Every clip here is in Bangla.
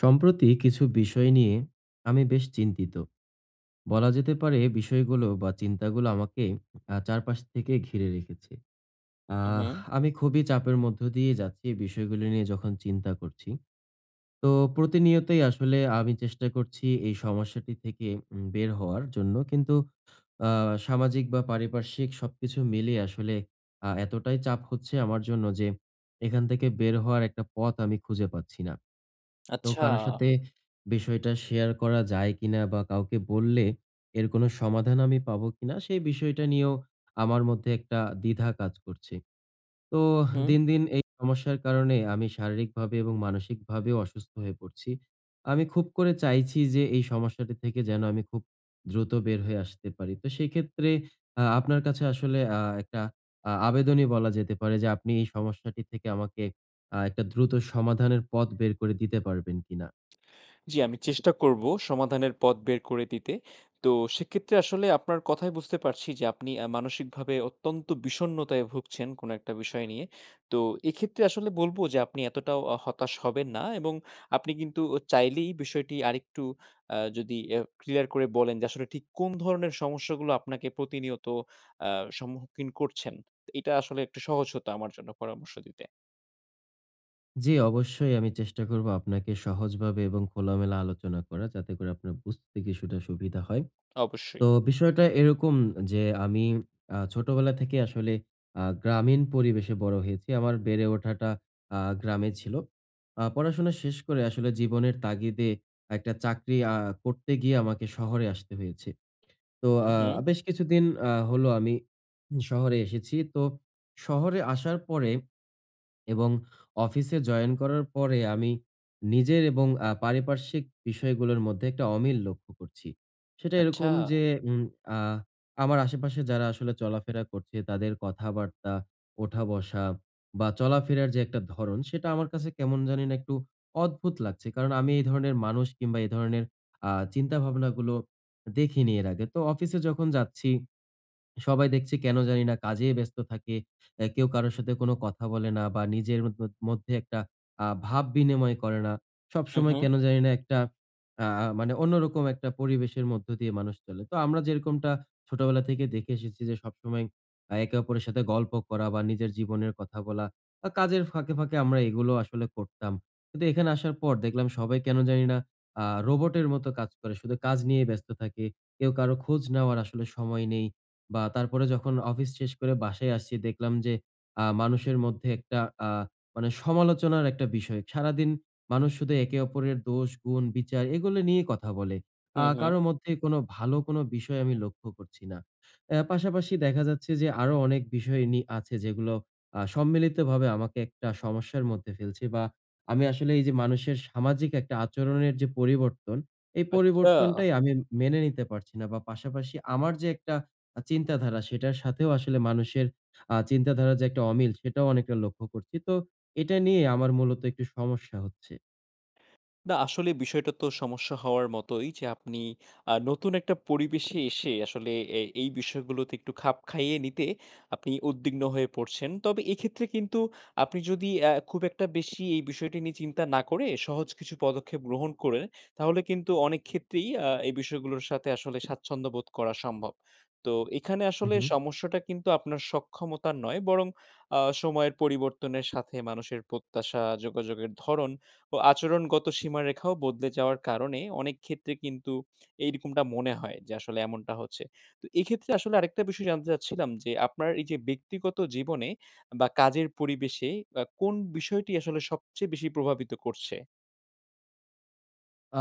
সম্প্রতি কিছু বিষয় নিয়ে আমি বেশ চিন্তিত। বলা যেতে পারে বিষয়গুলো বা চিন্তাগুলো আমাকে চারপাশ থেকে ঘিরে রেখেছে। হুম, আহ হুম। আমি খুবই চাপের মধ্য দিয়ে যাচ্ছি এই বিষয়গুলো নিয়ে যখন চিন্তা করছি। তো প্রতিনিয়তই আসলে আমি চেষ্টা করছি এই সমস্যাটি থেকে বের হওয়ার জন্য। কিন্তু আ সামাজিক বা পারিপার্শ্বিক সবকিছু মিলিয়ে আসলে এতটাই চাপ হচ্ছে আমার জন্য যে এখান থেকে বের হওয়ার একটা পথ আমি খুঁজে পাচ্ছি না। তো আচ্ছা। কারো সাথে বিষয়টা শেয়ার করা যায় কিনা বা কাউকে বললে এর কোনো সমাধান আমি পাবো কিনা সেই বিষয়টা নিয়েও আমার মধ্যে একটা দ্বিধা কাজ করছে। তো হুম। দিন, দিন এই সমস্যার কারণে আমি শারীরিকভাবে এবং মানসিকভাবেও অসুস্থ হয়ে পড়ছি। আমি খুব করে চাইছি যে এই সমস্যাটি থেকে যেন আমি খুব দ্রুত বের হয়ে আসতে পারি। তো সেক্ষেত্রে আপনার কাছে আসলে একটা আবেদনই বলা যেতে পারে যে আপনি এই সমস্যাটি থেকে আমাকে একটা দ্রুত সমাধানের পথ বের করে দিতে পারবেন কিনা? জি, আমি চেষ্টা করব সমাধানের পথ বের করে দিতে। তো সেক্ষেত্রে আসলে আপনার কথায় বুঝতে পারছি যে আপনি মানসিকভাবে অত্যন্ত বিষণ্ণতায় ভুগছেন কোনো একটা বিষয় নিয়ে। তো এক্ষেত্রে আসলে বলব যে আপনি এতটাও হতাশ হবেন না এবং আপনি কিন্তু চাইলেই বিষয়টি আরেকটু যদি এ ক্লিয়ার করে বলেন যে আসলে ঠিক কোন ধরনের সমস্যাগুলো আপনাকে প্রতিনিয়ত আ সম্মুখীন করছেন। এটা আসলে একটু সহজ হতো আমার জন্য পরামর্শ দিতে। জি, অবশ্যই আমি চেষ্টা করব আপনাকে সহজভাবে এবং খোলামেলা আলোচনা করা, যাতে করে আপনার বুঝতে কিছুটা সুবিধা হয়। অবশ্যই। তো বিষয়টা এরকম যে আমি ছোটবেলা থেকে আসলে গ্রামীণ পরিবেশে বড় হয়েছি। আমার বেড়ে ওঠাটা গ্রামে ছিল। পড়াশোনা শেষ করে আসলে জীবনের তাগিদে একটা চাকরি করতে গিয়ে আমাকে শহরে আসতে হয়েছে। তো হুম, হুম। বেশ কিছুদিন হলো আমি শহরে এসেছি। তো শহরে আসার পরে এবং অফিসে জয়েন করার পরে আমি নিজের এবং পারিপার্শ্বিক বিষয়গুলোর মধ্যে একটা অমিল লক্ষ্য করছি। সেটা আচ্ছা। এরকম যে, উম আ আমার আশেপাশে যারা আসলে চলাফেরা করছে তাদের কথাবার্তা, ওঠা-বসা বা চলাফেরার যে একটা ধরন, সেটা আমার কাছে কেমন জানি না একটু অদ্ভুত লাগছে। কারণ আমি এই ধরনের মানুষ কিংবা এই ধরনের চিন্তাভাবনাগুলো দেখিনি এর আগে। তো অফিসে যখন যাচ্ছি, সবাই দেখছি কেন জানি না কাজেই ব্যস্ত থাকে। কেউ কারো সাথে কোনো কথা বলে না বা নিজের মধ্যে একটা ভাব বিনিময় করে না। हुँ, সবসময় हुँ। কেন জানি না একটা আ আ মানে অন্যরকম একটা পরিবেশের মধ্য দিয়ে মানুষ চলে। তো আমরা যেরকমটা ছোটবেলা থেকে দেখে এসেছি যে সবসময় একে অপরের সাথে গল্প করা বা নিজের জীবনের কথা বলা বা কাজের ফাঁকে, ফাঁকে আমরা এগুলো আসলে করতাম। কিন্তু এখানে আসার পর দেখলাম সবাই কেন জানি না রোবটের মতো কাজ করে। শুধু কাজ নিয়ে ব্যস্ত থাকে। কেউ কারো খোঁজ নেওয়ার আসলে সময় নেই। বা তারপরে যখন অফিস শেষ করে বাসায় আসছি, দেখলাম যে মানুষের মধ্যে একটা আ মানে সমালোচনার একটা বিষয়। সারাদিন মানুষ শুধু একে অপরের দোষ, গুণ, বিচার এগুলো নিয়ে কথা বলে। हुँ, কারো हुँ। মধ্যে কোনো ভালো কোনো বিষয় আমি লক্ষ্য করছি না। পাশাপাশি দেখা যাচ্ছে যে আরো অনেক বিষয় আছে, যেগুলো সম্মিলিতভাবে আমাকে একটা সমস্যার মধ্যে ফেলছে। বা আমি আসলে এই যে মানুষের সামাজিক একটা আচরণের যে পরিবর্তন, এই अच्छा! পরিবর্তনটাই আমি মেনে নিতে পারছি না। বা পাশাপাশি আমার যে একটা চিন্তাধারা, সেটার সাথেও আসলে মানুষের চিন্তাধারার যে একটা অমিল, সেটাও অনেকটা লক্ষ্য করছি। তো এটা নিয়ে আমার মূলত একটু সমস্যা হচ্ছে। না আসলে বিষয়টা তো সমস্যা হওয়ার মতোই যে আপনি নতুন একটা পরিবেশে এসে আসলে এই বিষয়গুলোতে একটু খাপ খাইয়ে নিতে আপনি উদ্বিগ্ন হয়ে পড়ছেন। তবে এক্ষেত্রে কিন্তু আপনি যদি খুব একটা বেশি এই বিষয়টি নিয়ে চিন্তা না করে সহজ কিছু পদক্ষেপ গ্রহণ করে তাহলে কিন্তু অনেক ক্ষেত্রেই এই বিষয়গুলোর সাথে আসলে স্বাচ্ছন্দ্য বোধ করা সম্ভব। তো এখানে আসলে উহু। সমস্যাটা কিন্তু আপনার সক্ষমতার নয় বরং সময়ের পরিবর্তনের সাথে মানুষের প্রত্যাশা, যোগাযোগের ধরন ও আচরণগত সীমারেখাও বদলে যাওয়ার কারণে অনেক ক্ষেত্রে কিন্তু এইরকমটা মনে হয় যে আসলে এমনটা হচ্ছে। তো এক্ষেত্রে আসলে আরেকটা বিষয় জানতে চাচ্ছিলাম যে আপনার এই যে ব্যক্তিগত জীবনে বা কাজের পরিবেশে কোন বিষয়টি আসলে সবচেয়ে বেশি প্রভাবিত করছে?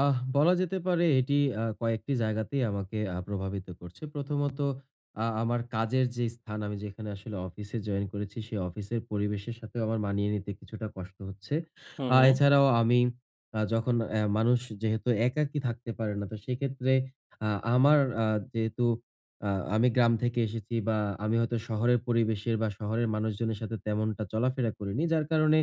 বলা যেতে পারে এটি কয়েকটি জায়গাতেই আমাকে প্রভাবিত করছে। প্রথমত, আমার কাজের যে স্থান, আমি যেখানে আসলে অফিসে জয়েন করেছি, সেই অফিসের পরিবেশের সাথেও আমার মানিয়ে নিতে কিছুটা কষ্ট হচ্ছে। হুম, হুম। এছাড়াও আমি, যখন মানুষ যেহেতু একাকী থাকতে পারে না, তো সেক্ষেত্রে আ আমার, যেহেতু আ আমি গ্রাম থেকে এসেছি বা আমি হয়তো শহরের পরিবেশের বা শহরের মানুষজনের সাথে তেমনটা চলাফেরা করিনি। যার কারণে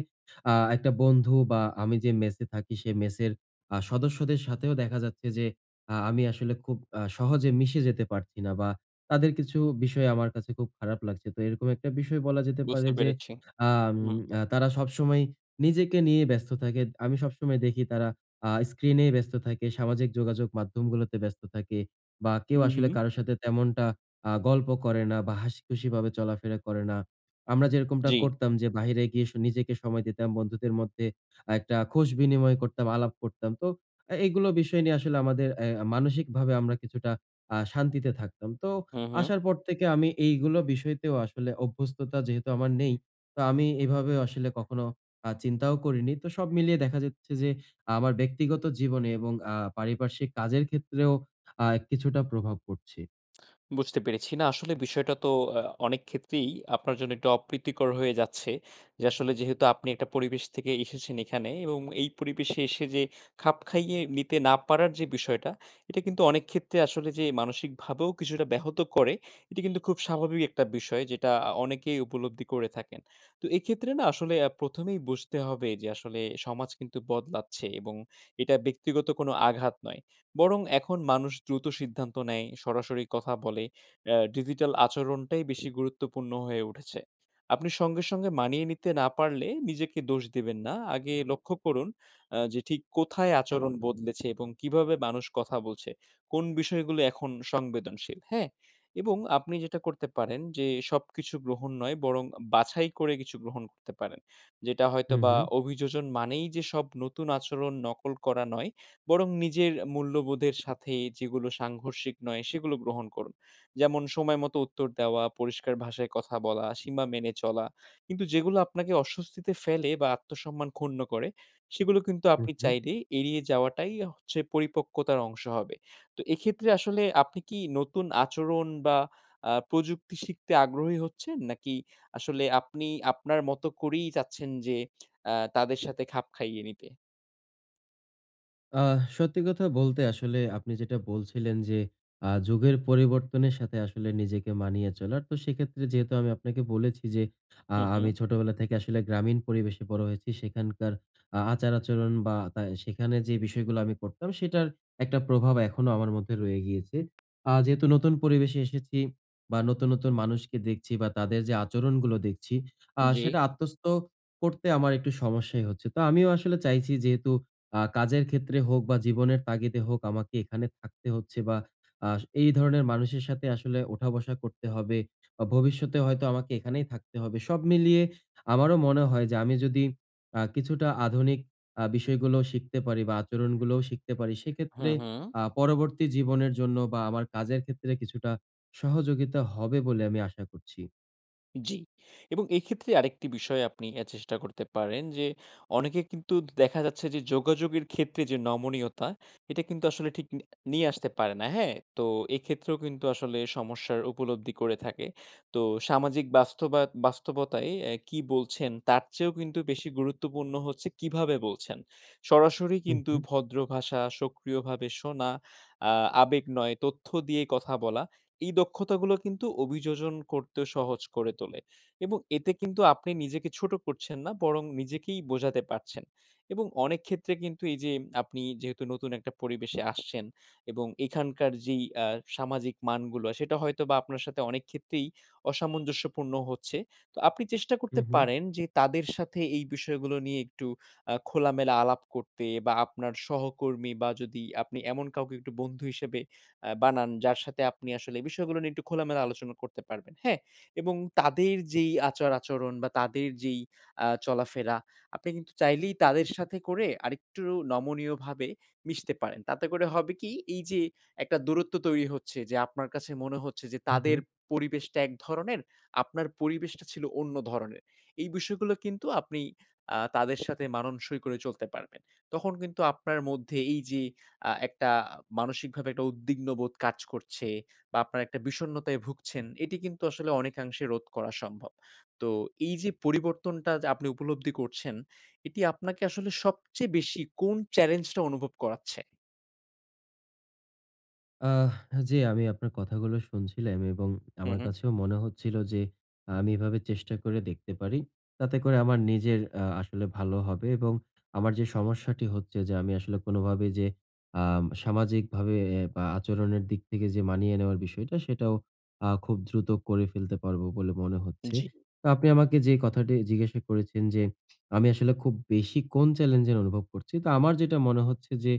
একটা বন্ধু বা আমি যে মেসে থাকি, সে মেসের সদস্যদের সাথেও দেখা যাচ্ছে যে আমি আসলে খুব সহজে মিশে যেতে পারছি না বা তাদের কিছু বিষয় আমার কাছে খুব খারাপ লাগছে। তো এরকম একটা বিষয় বলা যেতে পারে বুঝতে যে, পেরেছি। আম হুম। আ তারা সবসময় নিজেকে নিয়ে ব্যস্ত থাকে। আমি সবসময় দেখি তারা স্ক্রিনে ব্যস্ত থাকে, সামাজিক যোগাযোগ মাধ্যমগুলোতে ব্যস্ত থাকে। বা কেউ হুম, আসলে হুম। কারো সাথে তেমনটা গল্প করে না বা হাসিখুশিভাবে চলাফেরা করে না। আমরা যেরকমটা জি। করতাম যে বাহিরে গিয়ে নিজেকে সময় দিতাম, বন্ধুদের মধ্যে একটা খোশ বিনিময় করতাম, আলাপ করতাম। তো এগুলো বিষয় নিয়ে আসলে আমাদের, মানসিকভাবে আমরা কিছুটা শান্তিতে থাকতাম। তো হুম, হুম। আসার পর থেকে আমি এইগুলো বিষয়তেও, আসলে অভ্যস্ততা যেহেতু আমার নেই, তো আমি এভাবেও আসলে কখনো চিন্তাও করিনি। তো সব মিলিয়ে দেখা যাচ্ছে যে আমার ব্যক্তিগত জীবনে এবং পারিপার্শ্বিক কাজের ক্ষেত্রেও কিছুটা প্রভাব পড়ছে। বুঝতে পেরেছি। না আসলে বিষয়টা তো আ অনেক ক্ষেত্রেই আপনার জন্য একটু অপ্রীতিকর হয়ে যাচ্ছে। যে আসলে যেহেতু আপনি একটা পরিবেশ থেকে এসেছেন এখানে এবং এই পরিবেশে এসে যে খাপ খাইয়ে নিতে না পারার যে বিষয়টা, এটা কিন্তু অনেক ক্ষেত্রে আসলে যে মানসিকভাবেও কিছুটা ব্যাহত করে, এটা কিন্তু খুব স্বাভাবিক একটা বিষয় যেটা অনেকেই উপলব্ধি করে থাকেন। তো এক্ষেত্রে না আসলে ১ম এই বুঝতে হবে যে আসলে সমাজ কিন্তু বদলাচ্ছে এবং এটা ব্যক্তিগত কোনো আঘাত নয়। বরং এখন মানুষ দ্রুত সিদ্ধান্ত নেয়, সরাসরি কথা বলে। ডিজিটাল আচরণটাই বেশি গুরুত্বপূর্ণ হয়ে উঠেছে। আপনি সঙ্গে, সঙ্গে মানিয়ে নিতে না পারলে নিজেকে দোষ দিবেন না। আগে লক্ষ্য করুন যে ঠিক কোথায় আচরণ বদলেছে এবং কিভাবে মানুষ কথা বলছে। কোন বিষয়গুলো এখন সংবেদনশীল, হ্যাঁ? এবং আপনি যেটা করতে পারেন যে সবকিছু গ্রহণ নয় বরং বাছাই করে কিছু গ্রহণ করতে পারেন। যেটা হুম, হয়তোবা হুম। অভিযোজন মানেই যে সব নতুন আচরণ নকল করা নয়। বরং নিজের মূল্যবোধের সাথে যেগুলো সাংঘর্ষিক নয় সেগুলো গ্রহণ করুন। যেমন সময় মতো উত্তর দেওয়া, পরিষ্কার ভাষায় কথা বলা, সীমা মেনে চলা। কিন্তু যেগুলো আপনাকে অস্বস্তিতে ফেলে বা আত্মসম্মান ক্ষুণ্ণ করে সেগুলো কিন্তু হু, আপনি হু। চাইলে এড়িয়ে যাওয়াটাই হচ্ছে পরিপক্কতার অংশ হবে। তো এক্ষেত্রে আসলে আপনি কি নতুন আচরণ বা প্রযুক্তি শিখতে আগ্রহী হচ্ছেন? নাকি আসলে আপনি আপনার মতো করেই চাচ্ছেন যে তাদের সাথে খাপ খাইয়ে নিতে? সত্যি কথা বলতে, আসলে আপনি যেটা বলছিলেন যে যুগের পরিবর্তনের সাথে আসলে নিজেকে মানিয়ে চলার, তো সেক্ষেত্রে যেহেতু আমি আপনাকে বলেছি যে হু, হু। আমি ছোটবেলা থেকে আসলে গ্রামীণ পরিবেশে বড় হয়েছি, সেখানকার আচার আচরণ বা সেখানে যে বিষয়গুলো আমি করতাম, সেটার একটা প্রভাব এখনো আমার মধ্যে রয়ে গিয়েছে। যেহেতু নতুন পরিবেশে এসেছি বা নতুন নতুন মানুষকে দেখছি বা তাদের যে আচরণগুলো দেখছি, জি। সেটা আত্মস্থ করতে আমার একটু সমস্যাই হচ্ছে। তো আমিও আসলে চাইছি, যেহেতু কাজের ক্ষেত্রে হোক বা জীবনের তাগিদে হোক আমাকে এখানে থাকতে হচ্ছে বা আ এই ধরনের মানুষের সাথে আসলে ওঠা-বসা করতে হবে বা ভবিষ্যতে হয়তো আমাকে এখানেই থাকতে হবে। সব মিলিয়ে আমারও মনে হয় যে আমি যদি কিছুটা আধুনিক বিষয়গুলো শিখতে পারি বা আচরণগুলোও শিখতে পারি, সেক্ষেত্রে হুম, হুম। পরবর্তী জীবনের জন্য বা আমার কাজের ক্ষেত্রে কিছুটা সহযোগিতা হবে বলে আমি আশা করছি। জি। এবং এক্ষেত্রে আরেকটি বিষয় আপনি চেষ্টা করতে পারেন যে, অনেকে কিন্তু দেখা যাচ্ছে যে যোগাযোগের ক্ষেত্রে যে নমনীয়তা, এটা কিন্তু আসলে ঠিক নিয়ে আসতে পারে না, হ্যাঁ? তো এক্ষেত্রেও কিন্তু আসলে সমস্যার উপলব্ধি করে থাকে। তো সামাজিক বাস্তবতায় কি বলছেন, তার চেয়েও কিন্তু বেশি গুরুত্বপূর্ণ হচ্ছে কিভাবে বলছেন। সরাসরি হু, কিন্তু হু, ভদ্র ভাষা, সক্রিয়ভাবে শোনা, আ আবেগ নয়, তথ্য দিয়ে কথা বলা এই দক্ষতাগুলো কিন্তু অভিযোজন করতেও সহজ করে তোলে এবং এতে কিন্তু আপনি নিজেকে ছোট করছেন না বরং নিজেকেই বোঝাতে পারছেন এবং অনেক ক্ষেত্রে কিন্তু এই যে আপনি যেহেতু নতুন একটা পরিবেশে আসছেন এবং এখানকার যেই সামাজিক মানগুলো সেটা হয়তো বা আপনার সাথে অনেক ক্ষেত্রেই অসামঞ্জস্যপূর্ণ হচ্ছে তো আপনি চেষ্টা হু, করতে হু, পারেন যে তাদের সাথে এই বিষয়গুলো নিয়ে একটু খোলামেলা আলাপ করতে বা আপনার সহকর্মী বা যদি আপনি এমন কাউকে একটু বন্ধু হিসেবে বানান যার সাথে আপনি আসলে এই বিষয়গুলো নিয়ে একটু খোলামেলা আলোচনা করতে পারবেন। হ্যাঁ? এবং তাদের যেই আচার-আচরণ বা তাদের যেই চলাফেরা আপনি কিন্তু চাইলেই তাদের সাথে করে আরেকটু নমনীয়ভাবে মিশতে পারেন। তাতে করে হবে কি এই যে একটা দূরত্ব তৈরি হচ্ছে যে আপনার কাছে মনে হচ্ছে যে হু, হু। তাদের পরিবেশটা এক ধরনের, আপনার পরিবেশটা ছিল অন্য ধরনের। এই বিষয়গুলো কিন্তু আপনি তাদের সাথে মানানসই করে চলতে পারবেন। তখন কিন্তু আপনার মধ্যে এই যে আ একটা মানসিকভাবে একটা উদ্বিগ্ন বোধ কাজ করছে বা আপনার একটা বিষণ্ণতায় ভুগছেন, এটি কিন্তু আসলে অনেকাংশে রোধ করা সম্ভব। তো এই যে পরিবর্তনটা যে আপনি উপলব্ধি করছেন, এটি আপনাকে আসলে সবচেয়ে বেশি কোন চ্যালেঞ্জটা অনুভব করাচ্ছে? আহ জি, আমি আপনার কথাগুলো শুনছিলাম এবং হু, আমার হু। কাছেও মনে হচ্ছিল যে আমি এভাবে চেষ্টা করে দেখতে পারি। তাতে করে আমার নিজের আসলে ভালো হবে এবং আমার যে সমস্যাটি হচ্ছে যে আমি আসলে কোনোভাবে যে, সামাজিকভাবে বা আচরণের দিক থেকে যে মানিয়ে নেওয়ার বিষয়টা, সেটাও খুব দ্রুত করে ফেলতে পারবো বলে মনে হচ্ছে। জি। তো আপনি আমাকে যে কথাটি জিজ্ঞাসা করেছেন যে আমি আসলে খুব বেশি কোন চ্যালেঞ্জের অনুভব করছি? তো আমার যেটা মনে হচ্ছে যে,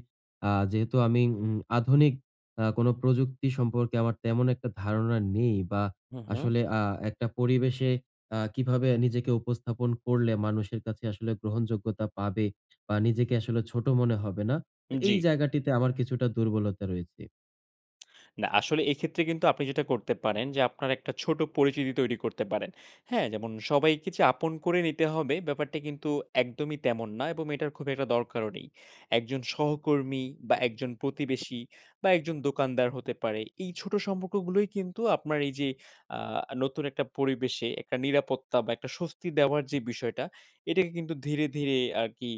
যেহেতু আমি আধুনিক কোনো প্রযুক্তি সম্পর্কে আমার তেমন একটা ধারণা নেই বা হু, হু। আসলে একটা পরিবেশে কিভাবে নিজেকে উপস্থাপন করলে মানুষের কাছে আসলে গ্রহণযোগ্যতা পাবে বা নিজেকে আসলে ছোট মনে হবে না। তো এই জি। জায়গাটিতে আমার কিছুটা দুর্বলতা রয়েছে। না, আসলে এক্ষেত্রে কিন্তু আপনি যেটা করতে পারেন যে, আপনার একটা ছোট পরিচিতি তৈরি করতে পারেন। হ্যাঁ? যেমন সবাইকে যে আপন করে নিতে হবে ব্যাপারটা কিন্তু একদমই তেমন না এবং এটার খুব একটা দরকারও নেই। একজন সহকর্মী বা একজন প্রতিবেশী বা একজন দোকানদার হতে পারে। এই ছোট সম্পর্কগুলোই কিন্তু আপনার এই যে আ নতুন একটা পরিবেশে একটা নিরাপত্তা বা একটা স্বস্তি দেওয়ার যে বিষয়টা, এটাকে কিন্তু ধীরে, ধীরে আরকি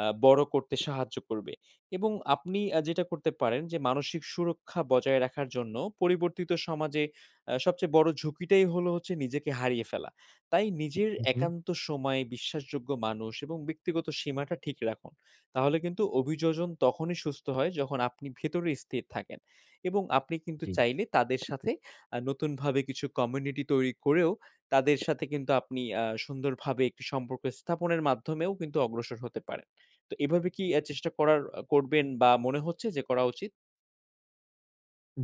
বড় করতে সাহায্য করবে। এবং আপনি যেটা করতে পারেন যে মানসিক সুরক্ষা বজায় রাখার জন্য পরিবর্তিত সমাজে সবচেয়ে বড় ঝুঁকিটাই হলো হচ্ছে নিজেকে হারিয়ে ফেলা। তাই নিজের হু, হু। একান্ত সময়, বিশ্বাসযোগ্য মানুষ এবং ব্যক্তিগত সীমাটা ঠিক রাখুন। তাহলে কিন্তু অভিযোজন তখনই সুস্থ হয় যখন আপনি ভেতরে স্থির থাকেন। এবং আপনি কিন্তু জি। চাইলে তাদের সাথে নতুনভাবে কিছু কমিউনিটি তৈরি করেও তাদের সাথে কিন্তু আপনি সুন্দরভাবে একটি সম্পর্ক স্থাপনের মাধ্যমেও কিন্তু অগ্রসর হতে পারেন। তো এভাবে কি চেষ্টা করার করবেন বা মনে হচ্ছে যে করা উচিত?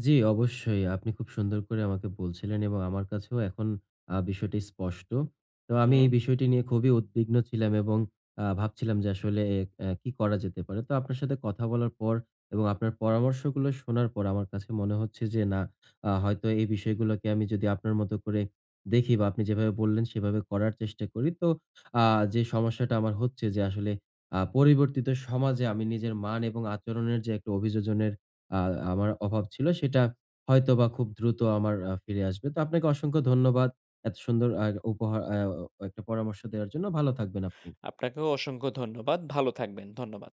জি, অবশ্যই। আপনি খুব সুন্দর করে আমাকে বলছিলেন এবং আমার কাছেও এখন বিষয়টি স্পষ্ট। তো আমি এই হুম। বিষয়টি নিয়ে খুবই উদ্বিগ্ন ছিলাম এবং ভাবছিলাম যে আসলে এ অ্যা কি করা যেতে পারে। তো আপনার সাথে কথা বলার পর এবং আপনার পরামর্শগুলো শোনার পর আমার কাছে মনে হচ্ছে যে না, হয়তো এই বিষয়গুলোকে আমি যদি আপনার মতো করে দেখি বা আপনি যেভাবে বললেন সেভাবে করার চেষ্টা করি, তো আ যে সমস্যাটা আমার হচ্ছে যে আসলে পরিবর্তিত সমাজে আমি নিজের মান এবং আচরণের যে একটা অভিযোজনের আ আমার অভাব ছিল, সেটা হয়তোবা খুব দ্রুত আমার ফিরে আসবে। তো আপনাকে অসংখ্য ধন্যবাদ। এত সুন্দর উপহার, একটা পরামর্শ দেওয়ার জন্য। ভালো থাকবেন আপনি। আপনাকেও অসংখ্য ধন্যবাদ। ভালো থাকবেন। ধন্যবাদ।